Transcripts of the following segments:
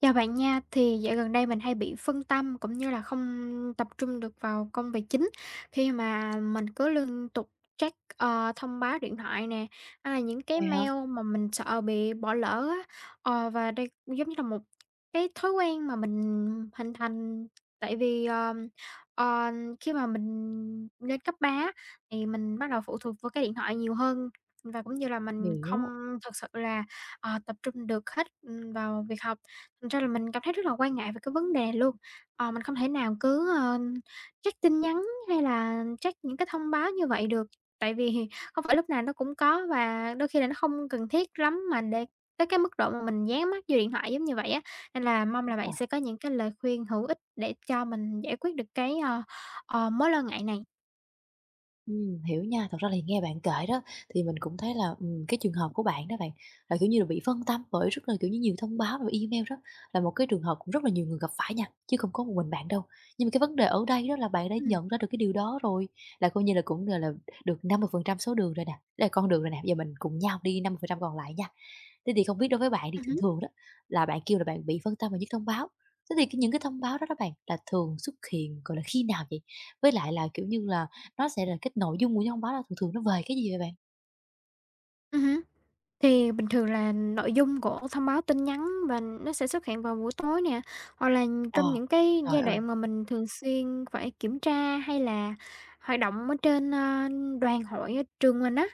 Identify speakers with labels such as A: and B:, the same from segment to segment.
A: Chào bạn nha, thì dạo gần đây mình hay bị phân tâm cũng như là không tập trung được vào công việc chính khi mà mình cứ liên tục check, thông báo điện thoại nè, hay là những cái
B: Vậy hả?
A: mail mà mình sợ bị bỏ lỡ á. Và đây cũng giống như là một cái thói quen mà mình hình thành tại vì, ờ, khi mà mình lên cấp 3 á, thì mình bắt đầu phụ thuộc vào cái điện thoại nhiều hơn và cũng như là mình
B: Hiểu, đúng
A: không
B: rồi.
A: thực sự là, tập trung được hết, vào việc học. Thành ra là mình cảm thấy rất là quan ngại về cái vấn đề luôn. Mình không thể nào cứ, check tin nhắn hay là check những cái thông báo như vậy được, tại vì không phải lúc nào nó cũng có và đôi khi là nó không cần thiết lắm mà để tới cái mức độ mà mình dán mắt vô điện thoại giống như vậy á. Nên là mong là bạn sẽ có những cái lời khuyên hữu ích để cho mình giải quyết được cái, mối lo ngại này.
B: Hiểu nha. Thật ra là nghe bạn kể đó, thì mình cũng thấy là, cái trường hợp của bạn đó bạn, là, kiểu như là, bị phân tâm bởi rất là, kiểu như, nhiều thông báo và email đó, là một cái trường hợp cũng rất là nhiều người gặp phải nha, chứ không có một mình bạn đâu. Nhưng mà cái vấn đề ở đây đó là bạn đã
A: Ừm,
B: nhận ra được cái điều đó rồi, là coi như là cũng, gọi là, được 50% số đường rồi nè, đây là con đường rồi nè, giờ mình cùng nhau đi 50% còn lại nha. Thế thì không biết đối với bạn thì thường
A: hứm,
B: thường đó, là bạn kêu là bạn bị phân tâm vào những thông báo, thế thì cái những cái thông báo đó đó bạn, là thường xuất hiện, gọi là, khi nào vậy? Với lại là, kiểu như là, nó sẽ là cái nội dung của những thông báo là thường thường nó về cái gì vậy bạn?
A: hứm. Thì bình thường là nội dung của thông báo tin nhắn và nó sẽ xuất hiện vào buổi tối nè, hoặc là
B: Ờ,
A: trong những cái giai
B: trời ơi,
A: đoạn mà mình thường xuyên phải kiểm tra hay là hoạt động ở trên, đoàn hội ở trường mình á.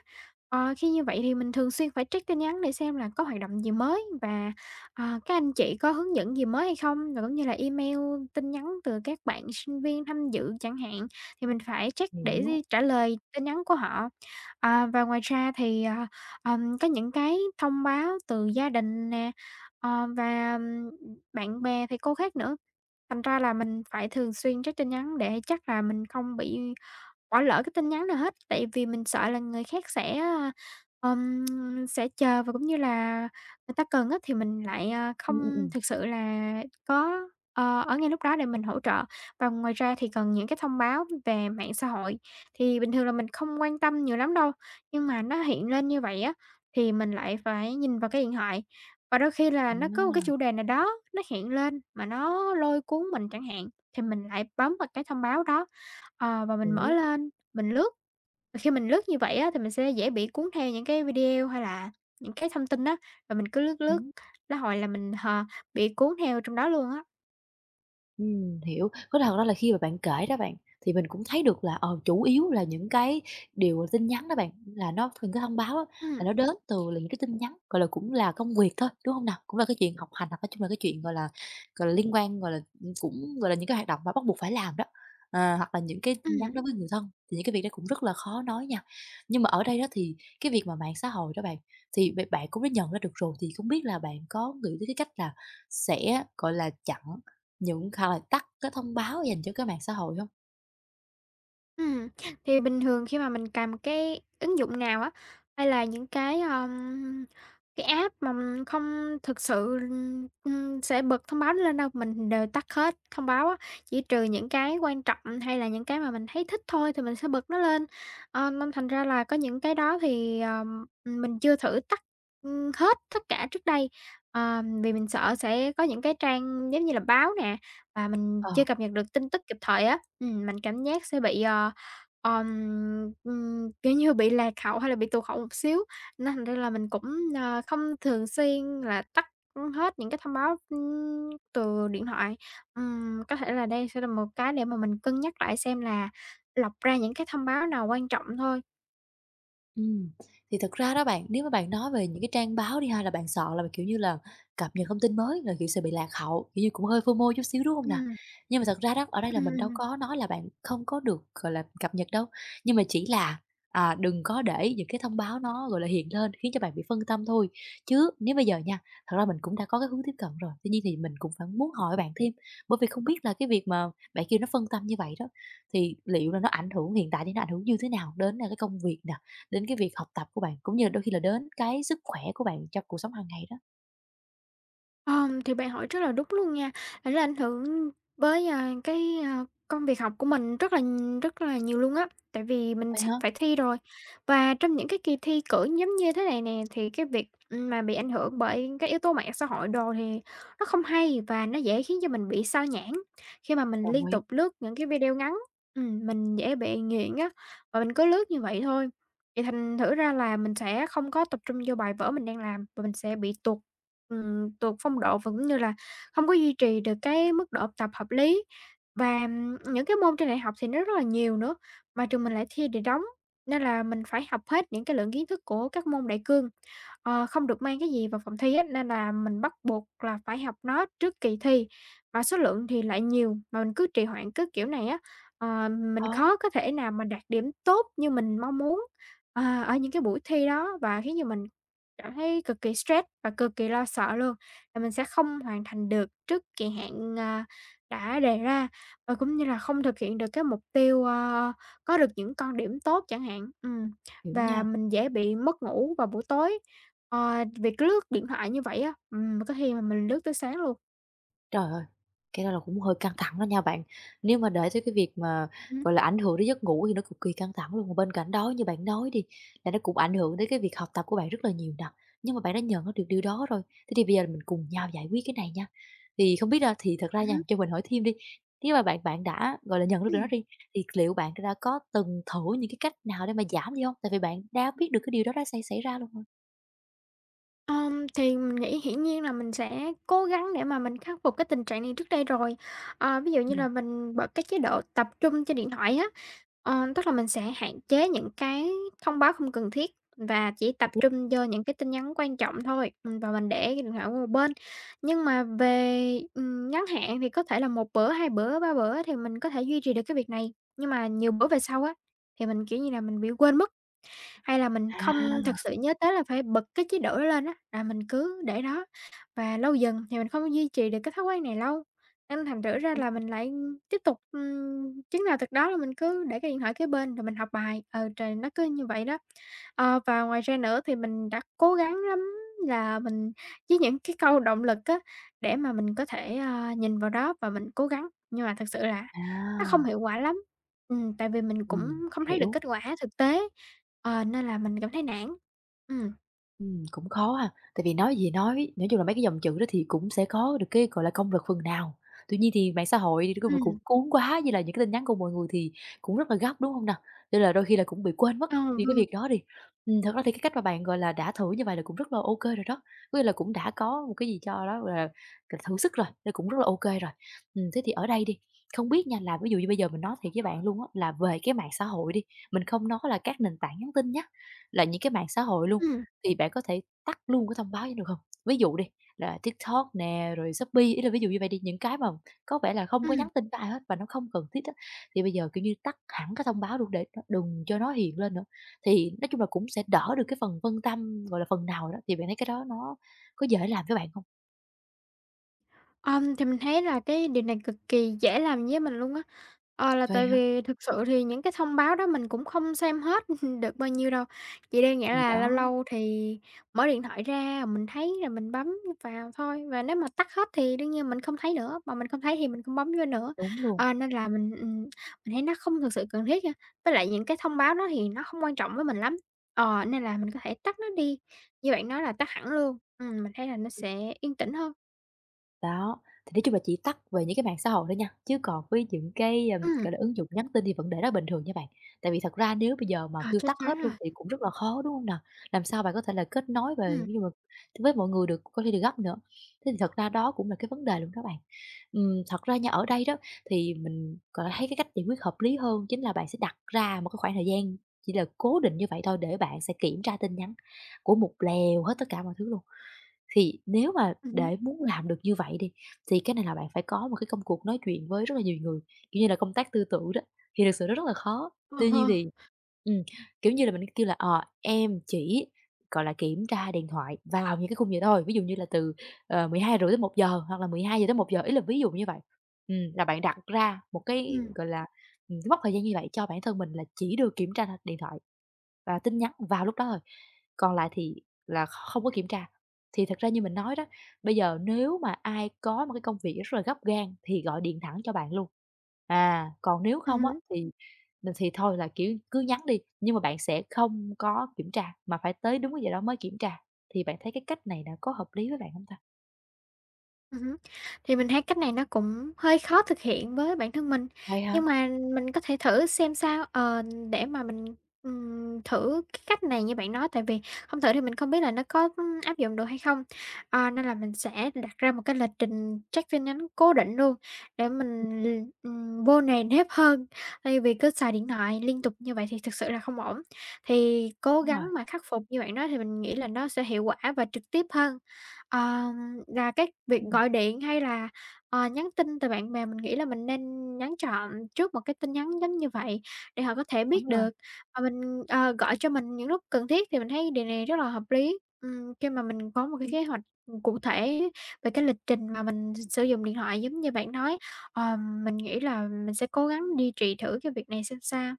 A: Khi như vậy thì mình thường xuyên phải check tin nhắn để xem là có hoạt động gì mới và, các anh chị có hướng dẫn gì mới hay không, và cũng như là email, tin nhắn từ các bạn sinh viên tham dự chẳng hạn, thì mình phải check
B: hiểu.
A: để trả lời tin nhắn của họ. À, và ngoài ra thì, có những cái thông báo từ gia đình nè, và bạn bè, thầy cô khác nữa, thành ra là mình phải thường xuyên check tin nhắn để chắc là mình không bị bỏ lỡ cái tin nhắn nào hết, tại vì mình sợ là người khác sẽ chờ và cũng như là người ta cần á thì mình lại,
B: Ừm, ừm,
A: không
B: ừm.
A: thực sự là có, ở ngay lúc đó để mình hỗ trợ. Và ngoài ra thì còn những cái thông báo về mạng xã hội, thì bình thường là mình không quan tâm nhiều lắm đâu, nhưng mà nó hiện lên như vậy á, thì mình lại phải nhìn vào cái điện thoại. Và đôi khi là nó có một cái
B: À,
A: chủ đề nào đó nó hiện lên mà nó lôi cuốn mình chẳng hạn, thì mình lại bấm vào cái thông báo đó. Và mình mở
B: hiểu.
A: lên, mình lướt, và khi mình lướt như vậy á thì mình sẽ dễ bị cuốn theo những cái video hay là những cái thông tin á, và mình cứ lướt lướt,
B: Ừm.
A: nó hồi là mình, bị cuốn theo trong đó luôn á.
B: Hiểu. Có thật đó là khi mà bạn kể đó bạn, thì mình cũng thấy được là, ờ, chủ yếu là những cái điều tin nhắn đó bạn, là nó những cái thông báo á, là
A: Ừm,
B: nó đến từ là những cái tin nhắn, gọi là, cũng là công việc thôi, đúng không nào? Cũng là cái chuyện học hành, hoặc nói chung là cái chuyện, gọi là, liên quan, gọi là, cũng, gọi là, những cái hoạt động mà bắt buộc phải làm đó, ờ, hoặc là những cái tin nhắn
A: ừm.
B: đối với người thân, thì những cái việc đó cũng rất là khó nói nha. Nhưng mà ở đây đó thì cái việc mà mạng xã hội đó bạn, thì bạn cũng đã nhận ra được rồi, thì không biết là bạn có nghĩ tới cái cách là sẽ, gọi là, chặn những hoặc là tắt cái thông báo dành cho cái mạng xã hội hông?
A: Ừm, thì bình thường khi mà mình cài một cái ứng dụng nào á, hay là những cái app mà mình không thực sự, sẽ bật thông báo nó lên đâu, mình đều tắt hết thông báo á, chỉ trừ những cái quan trọng hay là những cái mà mình thấy thích thôi thì mình sẽ bật nó lên. Nên thành ra là có những cái đó thì, mình chưa thử tắt, hết tất cả trước đây, vì mình sợ sẽ có những cái trang giống như là báo nè, và mình
B: Ờ.
A: chưa cập nhật được tin tức kịp thời á, mình cảm giác sẽ bị, ờm, kiểu như, bị lạc hậu hay là bị tụt hậu một xíu, nên thành ra là mình cũng, không thường xuyên là tắt, hết những cái thông báo, từ điện thoại. Có thể là đây sẽ là một cái để mà mình cân nhắc lại xem là lọc ra những cái thông báo nào quan trọng thôi.
B: Ừm, thì thật ra đó bạn, nếu mà bạn nói về những cái trang báo đi ha, là bạn sợ là, kiểu như là, cập nhật thông tin mới là, kiểu, sẽ bị lạc hậu, kiểu như, cũng hơi phô FOMO chút xíu, đúng không nào?
A: Ừm,
B: Nhưng mà thật ra đó, ở đây là
A: ừm,
B: mình đâu
A: ừm.
B: có nói là bạn không có được, gọi là, cập nhật đâu, nhưng mà chỉ là, à, đừng có để những cái thông báo nó, gọi là, hiện lên khiến cho bạn bị phân tâm thôi. Chứ nếu bây giờ nha, thật ra mình cũng đã có cái hướng tiếp cận rồi, tuy nhiên thì mình cũng phải muốn hỏi bạn thêm, bởi vì không biết là cái việc mà bạn kêu nó phân tâm như vậy đó, thì liệu là nó ảnh hưởng hiện tại thì nó ảnh hưởng như thế nào đến, a, cái công việc nè, đến cái việc học tập của bạn, cũng như là đôi khi là đến cái sức khỏe của bạn trong cuộc sống hàng ngày đó.
A: Thì bạn hỏi rất là đúng luôn nha. Thật ra ảnh hưởng với, cái, công việc học của mình rất là nhiều luôn á, tại vì mình
B: Phải
A: sắp
B: không?
A: phải thi rồi. Và trong những cái kỳ thi cử giống như thế này nè, thì cái việc, mà bị ảnh hưởng bởi các yếu tố mạng xã hội đồ thì nó không hay và nó dễ khiến cho mình bị sao nhãng. Khi mà mình
B: Đồng
A: liên
B: ý,
A: tục lướt những cái video ngắn, mình dễ bị nghiện á, và mình cứ lướt như vậy thôi. Vậy thành thử ra là mình sẽ không có tập trung vô bài vở mình đang làm và mình sẽ bị tuột phong độ và cũng như là không có duy trì được cái mức độ học tập hợp lý. Và những cái môn trên đại học thì nó rất là nhiều nữa, mà trường mình lại thi đề đóng, nên là mình phải học hết những cái lượng kiến thức của các môn đại cương, không được mang cái gì vào phòng thi á, nên là mình bắt buộc là phải học nó trước kỳ thi, mà số lượng thì lại nhiều, mà mình cứ trì hoãn cứ kiểu này á, ờ, mình
B: khó,
A: khó có thể nào mà đạt điểm tốt như mình mong muốn. Ở những cái buổi thi đó và khiến cho mình cảm thấy cực kỳ stress và cực kỳ lo sợ luôn, là mình sẽ không hoàn thành được trước kỳ hạn, đã đề ra, và cũng như là không thực hiện được cái mục tiêu, có được những con điểm tốt chẳng hạn. Ừm,
B: hiểu
A: và
B: nha.
A: mình dễ bị mất ngủ vào buổi tối, vì cứ lướt điện thoại như vậy á, có khi mà mình lướt tới sáng luôn.
B: Trời ơi! Cái đó là cũng hơi căng thẳng đó nha bạn. Nếu mà để tới cái việc mà,
A: Ừm,
B: gọi là, ảnh hưởng đến giấc ngủ thì nó cực kỳ căng thẳng luôn, mà bên cạnh đó như bạn nói đi, là nó cũng ảnh hưởng đến cái việc học tập của bạn rất là nhiều nè. Nhưng mà bạn đã nhận ra được điều đó rồi, thế thì bây giờ mình cùng nhau giải quyết cái này nha. Thì không biết là thì thật ra nha,
A: hứm.
B: cho mình hỏi thêm đi, nếu mà bạn bạn đã, gọi là, nhận ra được nó đi, thì liệu bạn đã có từng thử những cái cách nào để mà giảm đi không? Tại vì bạn đã biết được cái điều đó đã xảy xảy ra luôn rồi.
A: Thì mình nghĩ hiển nhiên là mình sẽ cố gắng để mà mình khắc phục cái tình trạng này trước đây rồi. Ví dụ như
B: Ừm.
A: là mình bật cái chế độ tập trung trên điện thoại á, tức là mình sẽ hạn chế những cái thông báo không cần thiết và chỉ
B: Hợp
A: tập
B: lý.
A: trung vô những cái tin nhắn quan trọng thôi, và mình để cái điện thoại qua một bên. Nhưng mà về, ngắn hạn thì có thể là một bữa, 2 bữa, 3 bữa thì mình có thể duy trì được cái việc này, nhưng mà nhiều bữa về sau á, thì mình, kiểu như là, mình bị quên mất. Hay là mình không
B: À,
A: thực sự nhớ tới là phải bật cái chế độ đó lên á, là mình cứ để đó, và lâu dần thì mình không duy trì được cái thói quen này lâu, nên thành thử ra là mình lại tiếp tục, chừng nào thực đó là mình cứ để cái điện thoại kế bên rồi mình học bài, trời, nó cứ như vậy đó. Và ngoài ra nữa thì mình đã cố gắng lắm là mình với những cái câu động lực á, để mà mình có thể, nhìn vào đó và mình cố gắng, nhưng mà thực sự là nó không
B: à,
A: hiệu quả lắm. Tại vì mình cũng
B: ừm,
A: không thấy được
B: hiểu.
A: kết quả thực tế, nên là mình cảm thấy nản. Ừm,
B: Cũng khó ha, tại vì nói gì nói chung là mấy cái dòng chữ đó thì cũng sẽ có được cái, gọi là, công lực phần nào. Tuy nhiên thì mạng xã hội thì nói chung cũng
A: ừm,
B: cuốn quá, với lại những cái tin nhắn của mọi người thì cũng rất là gấp, đúng hông nè? Nên là đôi khi là cũng bị quên mất
A: ờ,
B: những cái
A: vâng,
B: việc đó đi. Thật ra thì cái cách mà bạn, gọi là, đã thử như vậy là cũng rất là ô kê rồi đó, có nghĩa là cũng đã có một cái gì cho đó, gọi là thử sức rồi, nên cũng rất là ô kê rồi. Thế thì ở đây đi, không biết nha là ví dụ như bây giờ mình nói thiệt với bạn luôn á, là về cái mạng xã hội đi, mình không nói là các nền tảng nhắn tin nhá, là những cái mạng xã hội luôn.
A: ừm,
B: Thì bạn có thể tắt luôn cái thông báo đó được không? Ví dụ đi, là TikTok nè, rồi Shopee, ý là ví dụ như vậy đi, những cái mà có vẻ là không có
A: ừm.
B: nhắn tin với ai hết và nó không cần thiết á, thì bây giờ, kiểu như, tắt hẳn cái thông báo luôn để nó đừng cho nó hiện lên nữa. Thì nói chung là cũng sẽ đỡ được cái phần phân tâm, gọi là, phần nào đó, thì bạn thấy cái đó nó có dễ làm với bạn không?
A: Thì mình thấy là cái điều này cực kỳ dễ làm với mình luôn á. Là
B: Vậy
A: tại
B: hả?
A: vì thực sự thì những cái thông báo đó mình cũng không xem hết được bao nhiêu đâu, chỉ đơn giản
B: Thì
A: là
B: đó,
A: lâu lâu thì mở điện thoại ra mình thấy là mình bấm vào thôi, và nếu mà tắt hết thì đương nhiên mình không thấy nữa, mà mình không thấy thì mình không bấm vô nữa.
B: đúng luôn.
A: Nên là mình thấy nó không thực sự cần thiết nha, với lại những cái thông báo đó thì nó không quan trọng với mình lắm, nên là mình có thể tắt nó đi, như bạn nói là tắt hẳn luôn. Mình thấy là nó sẽ yên tĩnh hơn.
B: Đó, thì nói chung là chỉ tắt về những cái mạng xã hội thôi nha, chứ còn với những cái,
A: Ừm.
B: gọi là, ứng dụng nhắn tin thì vẫn để đó bình thường nha bạn. Tại vì thật ra nếu bây giờ mà
A: À,
B: kêu
A: chắc
B: tắt hết
A: chắn
B: luôn
A: rồi.
B: thì cũng rất là khó, đúng hông nào? Làm sao bạn có thể là kết nối về
A: Ừm,
B: ví dụ mà với mọi người được có như được gấp nữa. Thế thì thật ra đó cũng là cái vấn đề luôn đó bạn. Thật ra nha, ở đây đó thì mình, gọi là, thấy cái cách giải quyết hợp lý hơn chính là bạn sẽ đặt ra một cái khoảng thời gian chỉ là cố định như vậy thôi để bạn sẽ kiểm tra tin nhắn của một lèo hết tất cả mọi thứ luôn. Thì nếu mà
A: hứm.
B: để muốn làm được như vậy đi, thì cái này là bạn phải có một cái công cuộc nói chuyện với rất là nhiều người, kiểu như là, công tác tư tưởng đó, thì thực sự nó rất là khó.
A: Ô
B: Tuy
A: hô.
B: nhiên thì ừm, kiểu như là, mình kêu là, ờ, em chỉ, gọi là, kiểm tra điện thoại vào những cái khung giờ thôi, ví dụ như là từ, ờ, 12:30 tới 1:00 hoặc là 12:00 tới 1:00, ý là ví dụ như vậy. Là bạn đặt ra một cái,
A: Ừm,
B: gọi là, cái mốc thời gian như vậy cho bản thân mình là chỉ được kiểm tra điện thoại và tin nhắn vào lúc đó thôi, còn lại thì là không có kiểm tra. Thì thật ra như mình nói đó, bây giờ nếu mà ai có một cái công việc rất là gấp gan thì gọi điện thẳng cho bạn luôn. À, còn nếu không á
A: hứm.
B: thì mình thì thôi là, kiểu, cứ nhắn đi, nhưng mà bạn sẽ không có kiểm tra, mà phải tới đúng cái giờ đó mới kiểm tra. Thì bạn thấy cái cách này là có hợp lý với bạn không ta?
A: Hứm. Thì mình thấy cách này nó cũng hơi khó thực hiện với bản thân mình,
B: Vậy hả?
A: nhưng mà mình có thể thử xem sao, để mà mình, thử cái cách này như bạn nói, tại vì không thử thì mình không biết là nó có, áp dụng được hay không. Nên là mình sẽ đặt ra một cái lịch trình check tin nhắn cố định luôn để mình vô nề nếp hơn, thay vì cứ xài điện thoại liên tục như vậy thì thực sự là không ổn. Thì cố
B: Đúng rồi,
A: gắng mà khắc phục như bạn nói thì mình nghĩ là nó sẽ hiệu quả và trực tiếp hơn. Ờ. Là cái việc
B: ừm,
A: gọi điện hay là, nhắn tin từ bạn bè mình nghĩ là mình nên nhắn trộm trước một cái tin nhắn giống như vậy để họ có thể
B: đúng
A: biết
B: rồi.
A: được, và mình, gọi cho mình những lúc cần thiết thì mình thấy điều này rất là hợp lý. Khi mà mình có một cái kế hoạch, cụ thể về cái lịch trình mà mình sử dụng điện thoại giống như bạn nói, ờ, mình nghĩ là mình sẽ cố gắng duy trì thử cái việc này xem sao.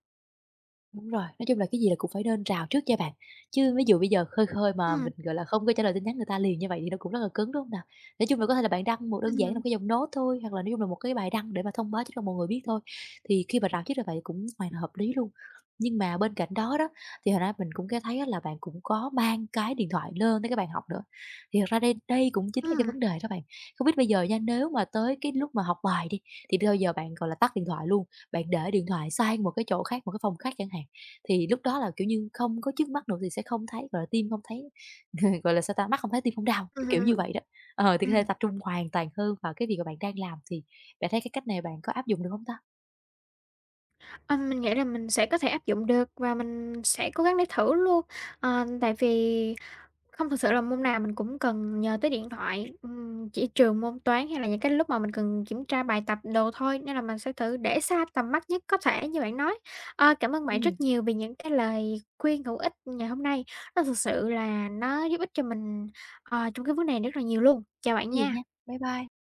B: Đúng rồi, nói chung là cái gì là cũng phải nên rào trước cho bạn. Chứ ví dụ bây giờ khơi khơi mà
A: Ừm,
B: mình, gọi là, không có trả lời tin nhắn người ta liền như vậy thì nó cũng rất là cứng, đúng không nào? Nói chung là có thể là bạn đăng một đơn giản là
A: ừm,
B: cái dòng note thôi, hoặc là nói chung là một cái bài đăng để mà thông báo cho mọi người biết thôi. Thì khi mà rào trước như vậy cũng hoàn là hợp lý luôn. Nhưng mà bên cạnh đó đó, thì hồi nãy mình cũng có thấy á là bạn cũng có mang cái điện thoại lên tới cái bàn học nữa. Thì thật ra đây đây cũng chính là cái
A: ừm,
B: vấn đề đó bạn. Không biết bây giờ nha, nếu mà tới cái lúc mà học bài đi, thì bây giờ bạn, gọi là, tắt điện thoại luôn bạn để điện thoại sang một cái chỗ khác, một cái phòng khác chẳng hạn, thì lúc đó là, kiểu như, không có trước mắt nữa thì sẽ không thấy, gọi là, tim không thấy gọi là, sao ta, mắt không thấy tim không đau, kiểu kiểu
A: ừm,
B: như vậy đó. Ờ, thì có thể
A: ừm.
B: tập trung hoàn toàn hơn vào cái việc mà bạn đang làm, thì bạn thấy cái cách này bạn có áp dụng được không ta?
A: Ờ, mình nghĩ là mình sẽ có thể áp dụng được và mình sẽ cố gắng để thử luôn. Tại vì không thực sự là môn nào mình cũng cần nhờ tới điện thoại, chỉ trừ môn toán hay là những cái lúc mà mình cần kiểm tra bài tập đồ thôi, nên là mình sẽ thử để xa tầm mắt nhất có thể như bạn nói. Cảm ơn bạn
B: Ừm,
A: rất nhiều vì những cái lời khuyên hữu ích ngày hôm nay, nó thực sự là nó giúp ích cho mình, trong cái vấn đề rất là nhiều luôn. Chào
B: hông
A: bạn
B: có gì nha.
A: nha.
B: Bye bye.